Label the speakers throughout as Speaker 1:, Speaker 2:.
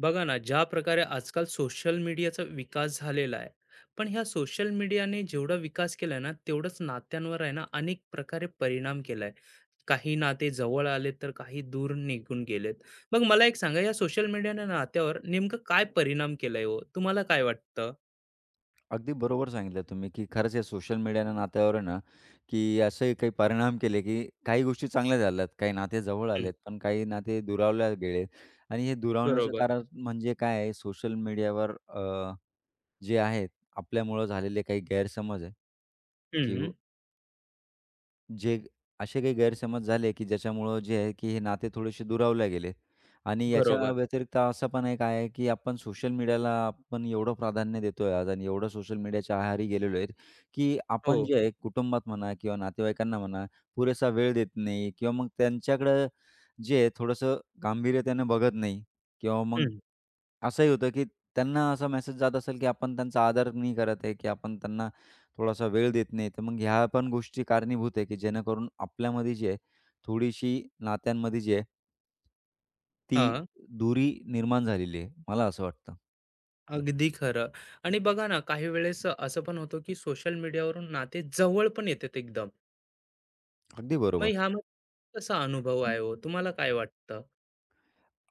Speaker 1: बघा ना, ज्या प्रकारे आजकाल सोशल मीडियाचा विकास झालेला आहे. पण ह्या सोशल मीडियाने जेवढा विकास केलाय ना, तेवढंच नात्यांवर आहे ना, अनेक प्रकारे परिणाम केलाय. काही नाते जवळ आले, तर काही दूर निघून गेलेत. मग मला एक सांगा, या सोशल मीडियाने नात्यावर नेमकं काय परिणाम केलाय हो? तुम्हाला काय वाटतं?
Speaker 2: अगदी बरोबर सांगितलं तुम्ही, की खरंच या सोशल मीडियानं नात्यावर आहे ना, की असे काही परिणाम केले, की काही गोष्टी चांगल्या झाल्यात, काही नाते जवळ
Speaker 1: हं,
Speaker 2: आलेत, पण काही नाते दुरावल्या गेले. आणि हे दुरावण्याचं
Speaker 1: बरोबर.
Speaker 2: कारण म्हणजे काय आहे, सोशल मीडियावर जे आहेत आपल्यामुळं झालेले काही गैरसमज आहे, की
Speaker 1: हं,
Speaker 2: जे असे काही गैरसमज झाले, की ज्याच्यामुळं जे आहे, की हे नाते थोडेसे दुरावले गेले. आणि याच्या
Speaker 1: बरोबर.
Speaker 2: व्यतिरिक्त असं पण एक आहे, की आपण सोशल मीडियाला आपण एवढं प्राधान्य देतोय आज आणि एवढं सोशल मीडियाच्या आहारी गेलेलो आहेत, की आपण
Speaker 1: हो.
Speaker 2: जे आहे कुटुंबात म्हणा किंवा नातेवाईकांना म्हणा पुरेसा वेळ देत नाही किंवा मग त्यांच्याकडं जे आहे थोडंसं गांभीर्यतेने बघत नाही किंवा मग
Speaker 1: हं.
Speaker 2: असंही होतं, की त्यांना असा मेसेज जात असेल, की आपण त्यांचा आदर नाही करत आहे, की आपण त्यांना थोडासा वेळ देत नाही, तर मग ह्या पण गोष्टी कारणीभूत आहे, की जेणेकरून आपल्यामध्ये जी आहे, थोडीशी नात्यांमध्ये जी आहे ती
Speaker 1: हा.
Speaker 2: दुरी निर्माण झालेली आहे, मला असं वाटतं.
Speaker 1: अगदी खरं. आणि बघा ना, काही वेळेस असं पण होतं, की सोशल मीडियावरून नाते जवळ पण येतात एकदम.
Speaker 2: अगदी
Speaker 1: मग
Speaker 2: बरोबर,
Speaker 1: ह्यामध्ये कसा अनुभव आहे हो? तुम्हाला काय वाटतं?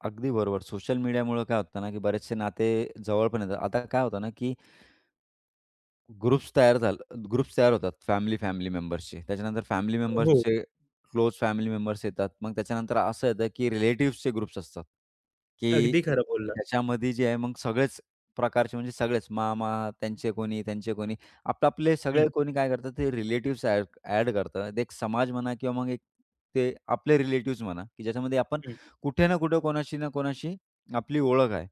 Speaker 2: अगदी बरोबर. सोशल मीडियामुळं काय होतं ना, की बरेचसे नाते जवळ पण येतात. आता काय होतं ना, की ग्रुप्स तयार होतात फॅमिली, फॅमिली मेंबर्सचे. त्याच्यानंतर फॅमिली
Speaker 1: हो,
Speaker 2: मेंबर्सचे क्लोज फॅमिली मेंबर्स येतात. मग त्याच्यानंतर असं येतं, की रिलेटिव्हजचे ग्रुप्स असतात, की
Speaker 1: अगदी खरं बोललात.
Speaker 2: त्याच्यामध्ये जे आहे मग सगळेच प्रकारचे म्हणजे सगळेच मामा, त्यांचे कोणी, त्यांचे कोणी, आपले आपले सगळे
Speaker 1: हं,
Speaker 2: कोणी काय करतात ते रिलेटिव्हज ॲड ॲड करतात. एक समाज म्हणा किंवा मग एक ते आपले रिलेटिव्हज म्हणा, की ज्याच्यामध्ये आपण
Speaker 1: हं.
Speaker 2: कुठे ना कुठे कोणाशी ना कोणाशी आपली ओळख आहे,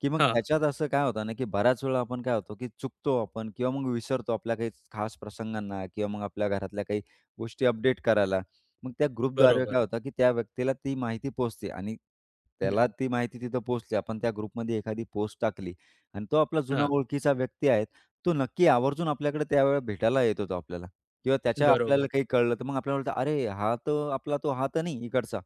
Speaker 2: की मग
Speaker 1: हां,
Speaker 2: त्याच्यात असं काय होतं ना, की बऱ्याच वेळा आपण काय होतो, की चुकतो आपण किंवा मग विसरतो आपल्या काही खास प्रसंगांना किंवा मग आपल्या घरातल्या काही गोष्टी अपडेट करायला. मग त्या ग्रुपद्वारे
Speaker 1: बरोबर.
Speaker 2: काय होतं, की त्या व्यक्तीला ती माहिती पोहोचते आणि
Speaker 1: हं,
Speaker 2: त्याला ती माहिती तिथं पोहोचली. आपण त्या ग्रुपमध्ये एखादी पोस्ट टाकली आणि तो आपला जुना
Speaker 1: हा.
Speaker 2: ओळखीचा व्यक्ती आहे, तो नक्की आवर्जून आपल्याकडे त्यावेळेला भेटायला येत होता आपल्याला किंवा त्याच्या
Speaker 1: बरोबर.
Speaker 2: आपल्याला काही कळलं, तर मग आपल्याला वाटतं, "अरे, हा तर आपला तो, हा तर नाही इकडचा."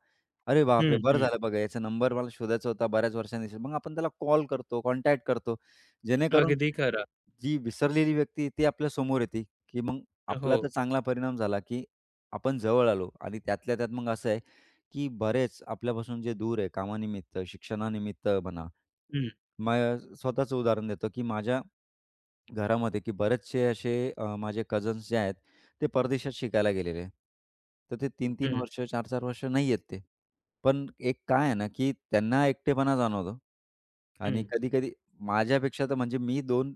Speaker 2: अरे
Speaker 1: हं,
Speaker 2: बापरे! बरं
Speaker 1: हं.
Speaker 2: झालं बघा याचा नंबर मला शोधायचा होता बऱ्याच वर्षांनी. मग आपण त्याला कॉल करतो, कॉन्टॅक्ट करतो. जेणेकरून
Speaker 1: अगदी खरं.
Speaker 2: जी विसरलेली व्यक्ती ती आपल्या समोर येते, की मग आपला तर
Speaker 1: हो.
Speaker 2: चांगला परिणाम झाला, की आपण जवळ आलो आणि त्यातल्या त्यात मग असं आहे, की बरेच आपल्यापासून जे दूर आहे कामानिमित्त, शिक्षणानिमित्त म्हणा.
Speaker 1: हं,
Speaker 2: मग स्वतःचं उदाहरण देतो, की माझ्या घरामध्ये, की बरेचसे असे माझे कझन्स जे आहेत, ते परदेशात शिकायला गेलेले आहेत. तर ते 3-3
Speaker 1: हं,
Speaker 2: वर्ष, 4-4 वर्ष नाही आहेत ते. पण एक काय आहे ना, की त्यांना एकटेपणा जाणवतो आणि
Speaker 1: हं.
Speaker 2: कधी-कधी माझ्यापेक्षा तर म्हणजे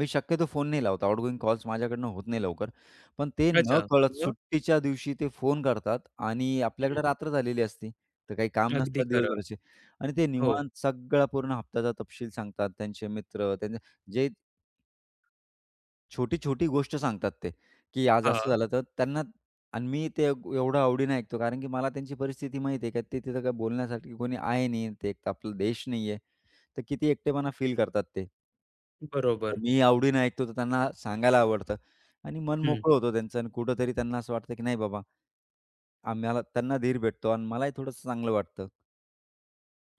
Speaker 2: मी शक्यतो फोन नाही लावत. आउटगोइंग कॉल्स माझ्याकडनं होत नाही लवकर. पण ते न
Speaker 1: अच्छा.
Speaker 2: कळत
Speaker 1: मग?
Speaker 2: सुट्टीच्या दिवशी ते फोन करतात आणि
Speaker 1: हं,
Speaker 2: आपल्याकडे रात्र झालेली असती, तर काही काम
Speaker 1: अगदी
Speaker 2: नसतात
Speaker 1: खरं.
Speaker 2: दिवसभराचे आणि ते
Speaker 1: हो.
Speaker 2: निवांत सगळा पूर्ण हप्त्याचा तपशील सांगतात. त्यांचे मित्र, त्यांचे जे छोटी-छोटी गोष्ट सांगतात ते, की आज
Speaker 1: हा.
Speaker 2: असं झालं तर त्यांना आणि मी ते एवढं आवडीने ऐकतो कारण की मला त्यांची परिस्थिती माहिती आहे, का ते तिथं काय बोलण्यासाठी कोणी आहे नाही. ते एक तर आपला देश नाहीये. तर किती एकटेपणा फील करतात ते. तर
Speaker 1: बरोबर.
Speaker 2: मी आवडीनं ऐकतो, तर त्यांना सांगायला आवडतं आणि मन
Speaker 1: हं.
Speaker 2: मोकळं होतं त्यांचं आणि कुठेतरी त्यांना असं वाटतं, की नाही बाबा, आम्हाला त्यांना धीर भेटतो आणि मलाही थोडंसं चांगलं वाटतं.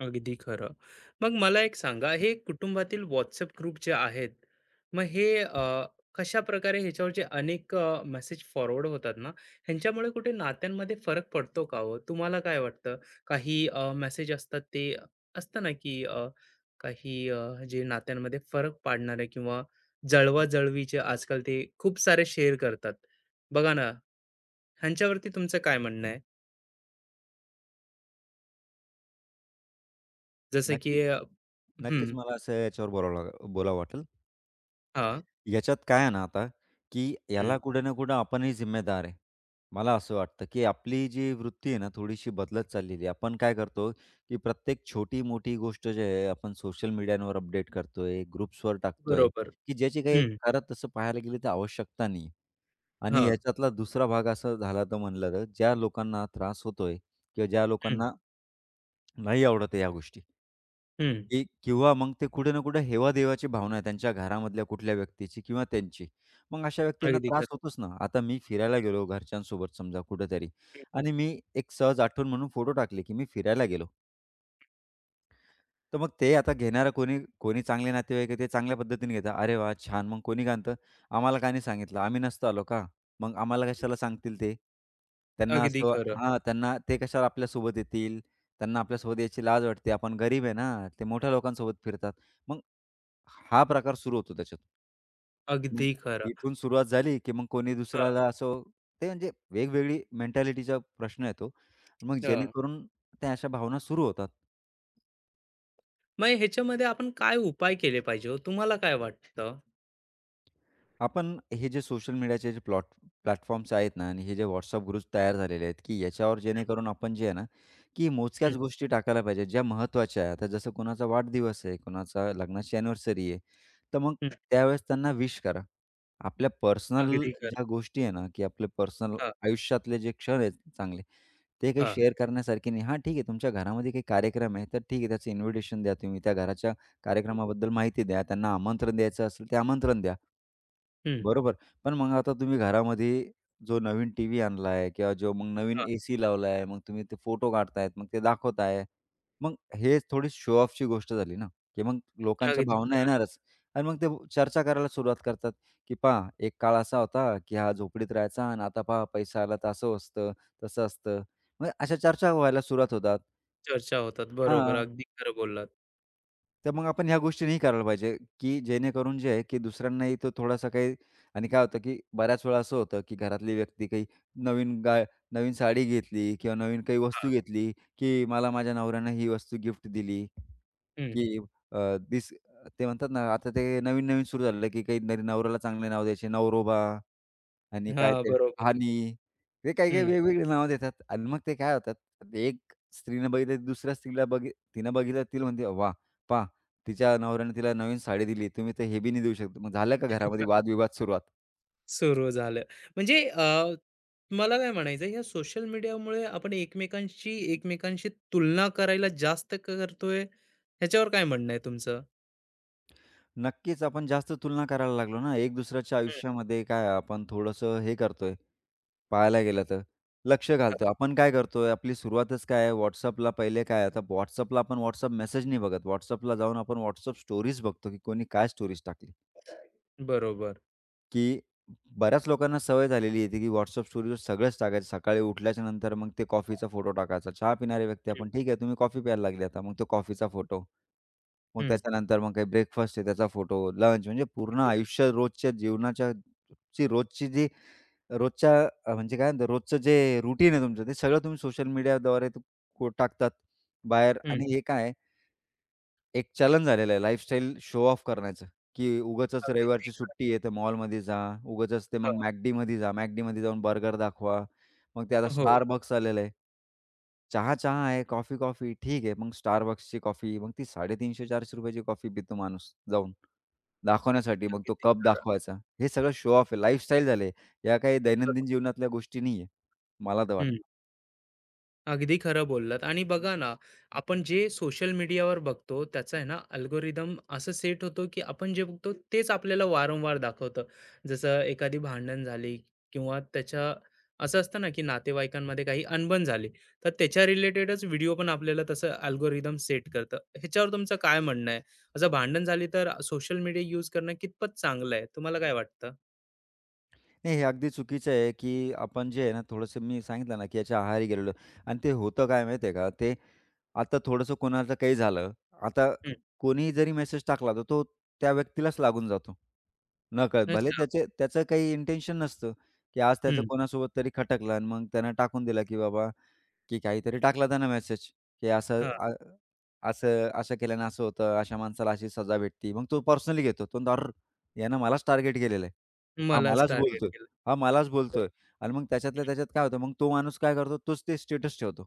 Speaker 1: अगदी खरं. मग मला एक सांगा, हे कुटुंबातील WhatsApp ग्रुप जे आहेत, मग हे कशा प्रकारे ह्याच्यावर जे अनेक मेसेज फॉरवर्ड होतात ना, ह्यांच्यामुळे कुठे नात्यांमध्ये फरक पडतो का हो? तुम्हाला काय वाटतं? काही मेसेज असतात ते असतं ना, की काही जे नात्यांमध्ये फरक पाडणारे किंवा जळवा-जळवीचे आजकाल ते खूप सारे शेअर करतात. बघा ना, ह्यांच्यावरती तुमचं काय म्हणणं आहे? जसं की
Speaker 2: नक्कीच,
Speaker 1: हं.
Speaker 2: नक्कीच मला असं याच्यावर बोलावं वाटेल.
Speaker 1: हां.
Speaker 2: याच्यात काय आहे ना आता, की
Speaker 1: हं,
Speaker 2: याला कुठे ना कुठे आपणही जिम्मेदार आहे. मला असं वाटतं, की आपली जी वृत्ती आहे ना, थोडीशी बदलत चाललेली आहे. आपण काय करतो, की प्रत्येक छोटी-मोठी गोष्ट जे आहे, आपण सोशल मीडियावर अपडेट करतोय, ग्रुप्सवर टाकतोय,
Speaker 1: बरोबर.
Speaker 2: की ज्याची काही खरं तसं पाहायला गेलं तर आवश्यकता नाही. आणि
Speaker 1: हां.
Speaker 2: याच्यातला दुसरा भाग असा झाला तर म्हणलं तर, ज्या लोकांना त्रास होतोय किंवा ज्या
Speaker 1: हं,
Speaker 2: लोकांना नाही आवडत आहे या गोष्टी
Speaker 1: हं.
Speaker 2: की किंवा मग ते कुठे ना कुठे हेवा-देवाची भावना आहे त्यांच्या घरामधल्या कुठल्या व्यक्तीची किंवा त्यांची. मग अशा व्यक्तींना
Speaker 1: अगदी
Speaker 2: त्रास
Speaker 1: खरं,
Speaker 2: होतोच ना. आता मी फिरायला गेलो घरच्यांसोबत समजा कुठेतरी आणि मी एक सहज आठवण म्हणून फोटो टाकले, की मी फिरायला गेलो. तर मग ते आता घेणारं कोणी कोणी चांगले नातेवाईक आहे ते चांगल्या पद्धतीने घेतात. "अरे वाह! छान." मग कोणी काय, "आम्हाला का नाही सांगितलं? आम्ही नसतो आलो का? मग आम्हाला कशाला सांगतील ते?" त्यांना
Speaker 1: अगदी
Speaker 2: असं,
Speaker 1: खरं,
Speaker 2: हां, त्यांना ते कशाला आपल्यासोबत येतील? त्यांना आपल्यासोबत यायची लाज वाटते. आपण गरीब आहे ना, ते मोठ्या लोकांसोबत फिरतात. मग हा प्रकार सुरू होतो त्याच्यात. मग
Speaker 1: अगदी खरं.
Speaker 2: इथून सुरुवात झाली, की मग कोणी
Speaker 1: हां,
Speaker 2: दुसऱ्याला असं ते म्हणजे वेगवेगळी मेंटॅलिटीचा प्रश्न येतो. मग
Speaker 1: हां.
Speaker 2: जेणेकरून त्या अशा भावना सुरू होतात.
Speaker 1: मग ह्याच्यामध्ये आपण काय उपाय केले पाहिजे हो? तुम्हाला काय वाटतं?
Speaker 2: आपण हे जे सोशल मीडियाचे जे प्लॅटफॉर्म्स आहेत ना आणि हे जे व्हॉट्सअप ग्रुप्स तयार झालेले आहेत, की याच्यावर जेणेकरून आपण जे आहे ना, की
Speaker 1: हं,
Speaker 2: मोजक्याच गोष्टी टाकायला पाहिजे, ज्या महत्त्वाच्या आहे. आता जसं कोणाचा वाढदिवस आहे, कोणाचा लग्नाची अॅनिव्हर्सरी आहे, तर मग
Speaker 1: हं.
Speaker 2: त्यावेळेस त्यांना विश करा. आपल्या पर्सनल
Speaker 1: अगदी खरं.
Speaker 2: ज्या गोष्टी आहे ना, की आपले पर्सनल
Speaker 1: हां,
Speaker 2: आयुष्यातले जे क्षण आहेत चांगले, ते काही
Speaker 1: हां.
Speaker 2: शेअर करण्यासारखे नाही. हां, ठीक आहे तुमच्या घरामध्ये काही कार्यक्रम आहे, तर ठीक आहे त्याचं इन्व्हिटेशन द्या तुम्ही. त्या घराच्या कार्यक्रमाबद्दल माहिती द्या. त्यांना आमंत्रण द्यायचं असेल, ते आमंत्रण द्या.
Speaker 1: हं,
Speaker 2: बरोबर. पण मग आता तुम्ही घरामध्ये जो नवीन टीव्ही आणलाय किंवा जो मग नवीन
Speaker 1: हां.
Speaker 2: एसी लावलाय, मग तुम्ही ते फोटो काढतायत, मग ते दाखवताय. मग हे थोडी शो ऑफची गोष्ट झाली ना, की मग लोकांच्या
Speaker 1: अगदी
Speaker 2: भावना
Speaker 1: खरं.
Speaker 2: येणारच आणि मग ते चर्चा करायला सुरुवात करतात, की "पहा एक काळ असा होता, की हा झोपडीत राहायचा आणि आता पहा पैसा आला तर असं असतं, तसं असतं." मग अशा चर्चा व्हायला सुरुवात होतात.
Speaker 1: चर्चा होतात. बरोबर.
Speaker 2: हां.
Speaker 1: अगदी खरं बोललात.
Speaker 2: तर मग आपण ह्या गोष्टी नाही करायला पाहिजे, की जेणेकरून जे आहे, की दुसऱ्यांनाही तो थोडासा काही. आणि काय होतं, की बऱ्याच वेळा असं होतं, की घरातली व्यक्ती काही नवीन गा नवीन साडी घेतली किंवा नवीन काही वस्तू
Speaker 1: हां,
Speaker 2: घेतली, की मला माझ्या नवऱ्यानं ही वस्तू गिफ्ट दिली.
Speaker 1: हं.
Speaker 2: की अ, दिस ते म्हणतात ना, आता ते नवीन-नवीन सुरू झालेलं आहे, की काहीतरी नवऱ्याला चांगले नाव द्यायचे. नवरोबा आणि काय
Speaker 1: हां,
Speaker 2: ते
Speaker 1: बरोबर.
Speaker 2: हनी. ते काही-काही
Speaker 1: हं.
Speaker 2: वेगवेगळी नावं देतात आणि मग ते काय होतात, एक स्त्रीनं बघितलं की दुसऱ्या स्त्रीला बघि तिनं बघितलं तिला म्हणते, "वाह! पहा तिच्या नवऱ्याने तिला नवीन साडी दिली. तुम्ही तर हे बी नाही देऊ शकता." मग झालं का घरामध्ये वादविवाद सुरुवात.
Speaker 1: सुरू झालं. म्हणजे मला काय म्हणायचं आहे, सोशल मीडियामुळे आपण एकमेकांशी एकमेकांशी तुलना करायला जास्त करतोय, ह्याच्यावर काय म्हणणं आहे तुमचं?
Speaker 2: नक्कीच आपण जास्त तुलना करायला लागलो ना, एक दुसऱ्याच्या
Speaker 1: हं.
Speaker 2: आयुष्यामध्ये काय आपण थोडंसं हे करतोय पाहायला गेलं तर, लक्ष घालतो. आपण काय करतोय, आपली सुरुवातच काय आहे, WhatsAppला पहिले काय आहे, आता WhatsAppला आपण WhatsApp मेसेज नाही बघत. WhatsAppला जाऊन आपण WhatsApp स्टोरीज बघतो, की कोणी काय स्टोरीज टाकली.
Speaker 1: बरोबर.
Speaker 2: की बऱ्याच लोकांना सवय झालेली आहे, की WhatsApp स्टोरीवर सगळंच टाकायचं. सकाळी उठल्याच्यानंतर मग ते कॉफीचा फोटो टाकायचा. चहा पिणारे व्यक्ती
Speaker 1: हं.
Speaker 2: आपण, ठीक आहे, तुम्ही कॉफी प्यायला लागले आता, मग तो कॉफीचा फोटो. मग
Speaker 1: हं.
Speaker 2: त्याच्यानंतर मग काही ब्रेकफास्ट आहे त्याचा फोटो, लंच म्हणजे पूर्ण
Speaker 1: अगदी.
Speaker 2: आयुष्य रोजच्या जीवनाच्या ची रोजची जी रोजच्या म्हणजे काय म्हणतात रोजचं जे रुटीन आहे तुमचं, ते सगळं तुम्ही सोशल मीडियाद्वारे टाकतात बाहेर
Speaker 1: हं.
Speaker 2: आणि हे काय एक चलन झालेलं आहे लाईफस्टाईल शो ऑफ करण्याचं, की उगाचच
Speaker 1: अगदी
Speaker 2: रविवारची सुट्टी आहे, तर मॉलमध्ये जा. उगाचच ते
Speaker 1: खरं.
Speaker 2: मग McDमध्ये जा. McDमध्ये जाऊन बर्गर दाखवा. मग ते आता
Speaker 1: हो,
Speaker 2: Starbucks आलेलं आहे. चहा, चहा आहे. Coffee, coffee. ठीक आहे. मग Starbucksची कॉफी. मग ती ₹350-400 ची कॉफी पितो माणूस जाऊन दाखवण्यासाठी. मग तो
Speaker 1: अगदी
Speaker 2: कप
Speaker 1: खरं.
Speaker 2: दाखवायचा. हे सगळं शो ऑफ आहे. लाईफस्टाईल झाले. या काही दैनंदिन
Speaker 1: बरोबर.
Speaker 2: जीवनातल्या गोष्टी नाहीये. मला तर वाटतं.
Speaker 1: अगदी खरं बोललात. आणि बघा ना, आपण जे सोशल मीडियावर बघतो त्याचा आहे ना, अल्गोरिदम असं सेट होतो, की आपण जे बघतो तेच आपल्याला वारंवार दाखवतं. जसं एखादी भांडण झाली किंवा त्याच्या असं असतं ना, की नातेवाईकांमध्ये काही अनबन झाली, तर त्याच्या रिलेटेडच व्हिडिओ पण आपल्याला तसं अल्गोरिदम सेट करतं. ह्याच्यावर तुमचं काय म्हणणं आहे? असं भांडण झाली तर सोशल मीडिया यूज करणं कितपत चांगलं आहे? तुम्हाला काय वाटतं?
Speaker 2: नाही, हे अगदी चुकीचं आहे, की आपण जे आहे ना, थोडंसं मी सांगितलं ना, की याच्या आहारी गेलेलो. आणि ते होतं काय माहिती आहे का? ते आता थोडंसं कोणाचं काही झालं, आता
Speaker 1: हं,
Speaker 2: कोणीही जरी मेसेज टाकला, तर तो त्या व्यक्तीलाच लागून जातो, नकळत. भले
Speaker 1: अच्छा.
Speaker 2: त्याचे त्याचं काही इंटेन्शन नसतं, की आज त्याचं
Speaker 1: हं,
Speaker 2: कोणासोबत तरी खटकलं आणि मग त्यानं टाकून दिला, की बाबा की काहीतरी टाकला त्यानं मेसेज, की
Speaker 1: हां.
Speaker 2: असं असं केल्यानं असं होतं, अशा माणसाला अशी सजा भेटते. मग तो पर्सनली घेतो. तो म्हणतो, "अरे यानं मलाच टार्गेट केलेलं आहे. हा
Speaker 1: मलाच
Speaker 2: मलाच
Speaker 1: टार्गेट
Speaker 2: बोलतोय.
Speaker 1: केलं.
Speaker 2: हा मलाच बोलतोय." आणि मग त्याच्यातल्या त्याच्यात काय होतं, मग तो माणूस काय करतो, तोच ते स्टेटस ठेवतो,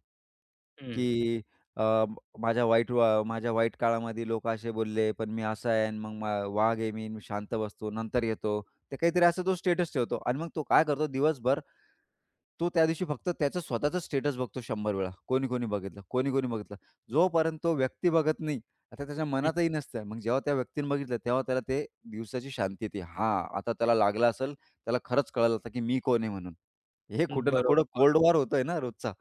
Speaker 1: हं,
Speaker 2: की अ, माझ्या वाईट वा माझ्या वाईट काळामध्ये लोकं असे बोलले, पण मी असा आहे आणि मग वाघ आहे मी, मी शांत बसतो, नंतर येतो. ते काहीतरी असं तो स्टेटस ठेवतो आणि मग तो काय करतो दिवसभर, तो त्या दिवशी फक्त त्याचं स्वतःचं स्टेटस बघतो 100 वेळा. कोणी, कोणी बघितलं, कोणी, कोणी बघितलं. जोपर्यंत तो व्यक्ती बघत नाही, आता त्याच्या मनातही नसतं. मग जेव्हा त्या व्यक्तीने बघितलं, तेव्हा त्याला ते दिवसाची शांती येते. हां, आता त्याला लागलं असेल, त्याला खरंच कळलं होतं, की मी कोण आहे म्हणून. हे
Speaker 1: हं,
Speaker 2: कुठं ना कुठं
Speaker 1: बरोबर.
Speaker 2: कोल्ड वॉर होतोय ना रोजचा.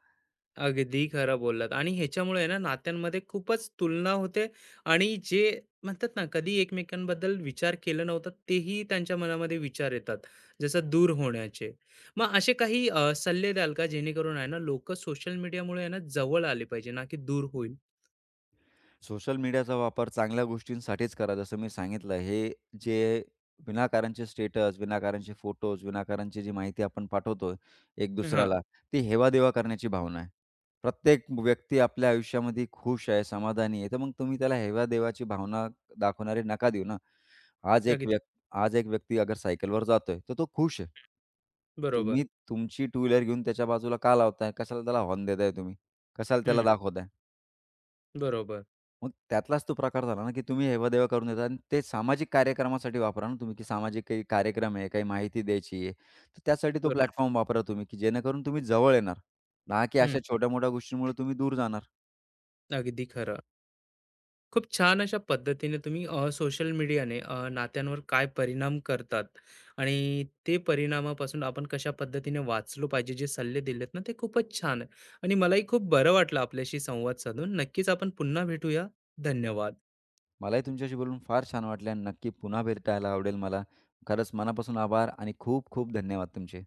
Speaker 1: अगदी खरं बोललात. आणि ह्याच्यामुळे आहे ना, नात्यांमध्ये खूपच तुलना होते आणि जे म्हणतात ना, कधी एकमेकांबद्दल विचार केला नव्हता तेही त्यांच्या मनामध्ये विचार येतात, जसं दूर होण्याचे. मग असे काही सल्ले द्याल का, जेणेकरून आहे ना, लोक सोशल मीडियामुळे आहे ना, जवळ आले पाहिजे ना, की दूर होईल.
Speaker 2: सोशल मीडियाचा वापर चांगल्या गोष्टींसाठीच करा. जसं मी सांगितलं, हे जे विनाकारणचे स्टेटस, विनाकारणचे फोटोज, विनाकारणची जी माहिती आपण पाठवतोय एक
Speaker 1: हा.
Speaker 2: दुसऱ्याला, ती देवा करण्याची भावना आहे. प्रत्येक व्यक्ती आपल्या आयुष्यामध्ये खुश आहे, समाधानी आहे, तर मग तुम्ही त्याला हेवा भावना दाखवणारे नका देऊ ना. आज एक
Speaker 1: अगदी
Speaker 2: व्यक् आज एक व्यक्ती अगर सायकलवर जातोय, तर तो खुश आहे.
Speaker 1: बरोबर.
Speaker 2: तुम्ही तुमची टू व्हीलर घेऊन त्याच्या बाजूला का लावताय? कशाला त्याला हॉर्न देताय तुम्ही? कशाला त्याला
Speaker 1: हम्म.
Speaker 2: दाखवताय?
Speaker 1: बरोबर.
Speaker 2: मग त्यातलाच तो प्रकार झाला ना, की तुम्ही हेवा-देवा करून देता आणि ते सामाजिक कार्यक्रमासाठी वापरा ना तुम्ही, की सामाजिक काही कार्यक्रम आहे, काही माहिती द्यायची आहे. तर त्यासाठी तो
Speaker 1: बर-
Speaker 2: प्लॅटफॉर्म वापरा तुम्ही, की जेणेकरून तुम्ही जवळ येणार. ना की
Speaker 1: हम्म.
Speaker 2: अशा छोट्या-मोठ्या गोष्टींमुळे तुम्ही दूर जाणार.
Speaker 1: अगदी खरं. खूप छान अशा पद्धतीने तुम्ही सोशल मीडियाने नात्यांवर काय परिणाम करतात आणि ते परिणामापासून आपण कशा पद्धतीने वाचलो पाहिजे, जे सल्ले दिलेत ना ते खूपच छान आहे. आणि मलाही खूप बरं वाटलं आपल्याशी संवाद साधून. नक्कीच आपण पुन्हा भेटूया. धन्यवाद.
Speaker 2: मलाही तुमच्याशी बोलून फार छान वाटले आणि नक्की पुन्हा भेटायला आवडेल मला. खरंच मनापासून आभार आणि खूप खूप धन्यवाद तुमचे.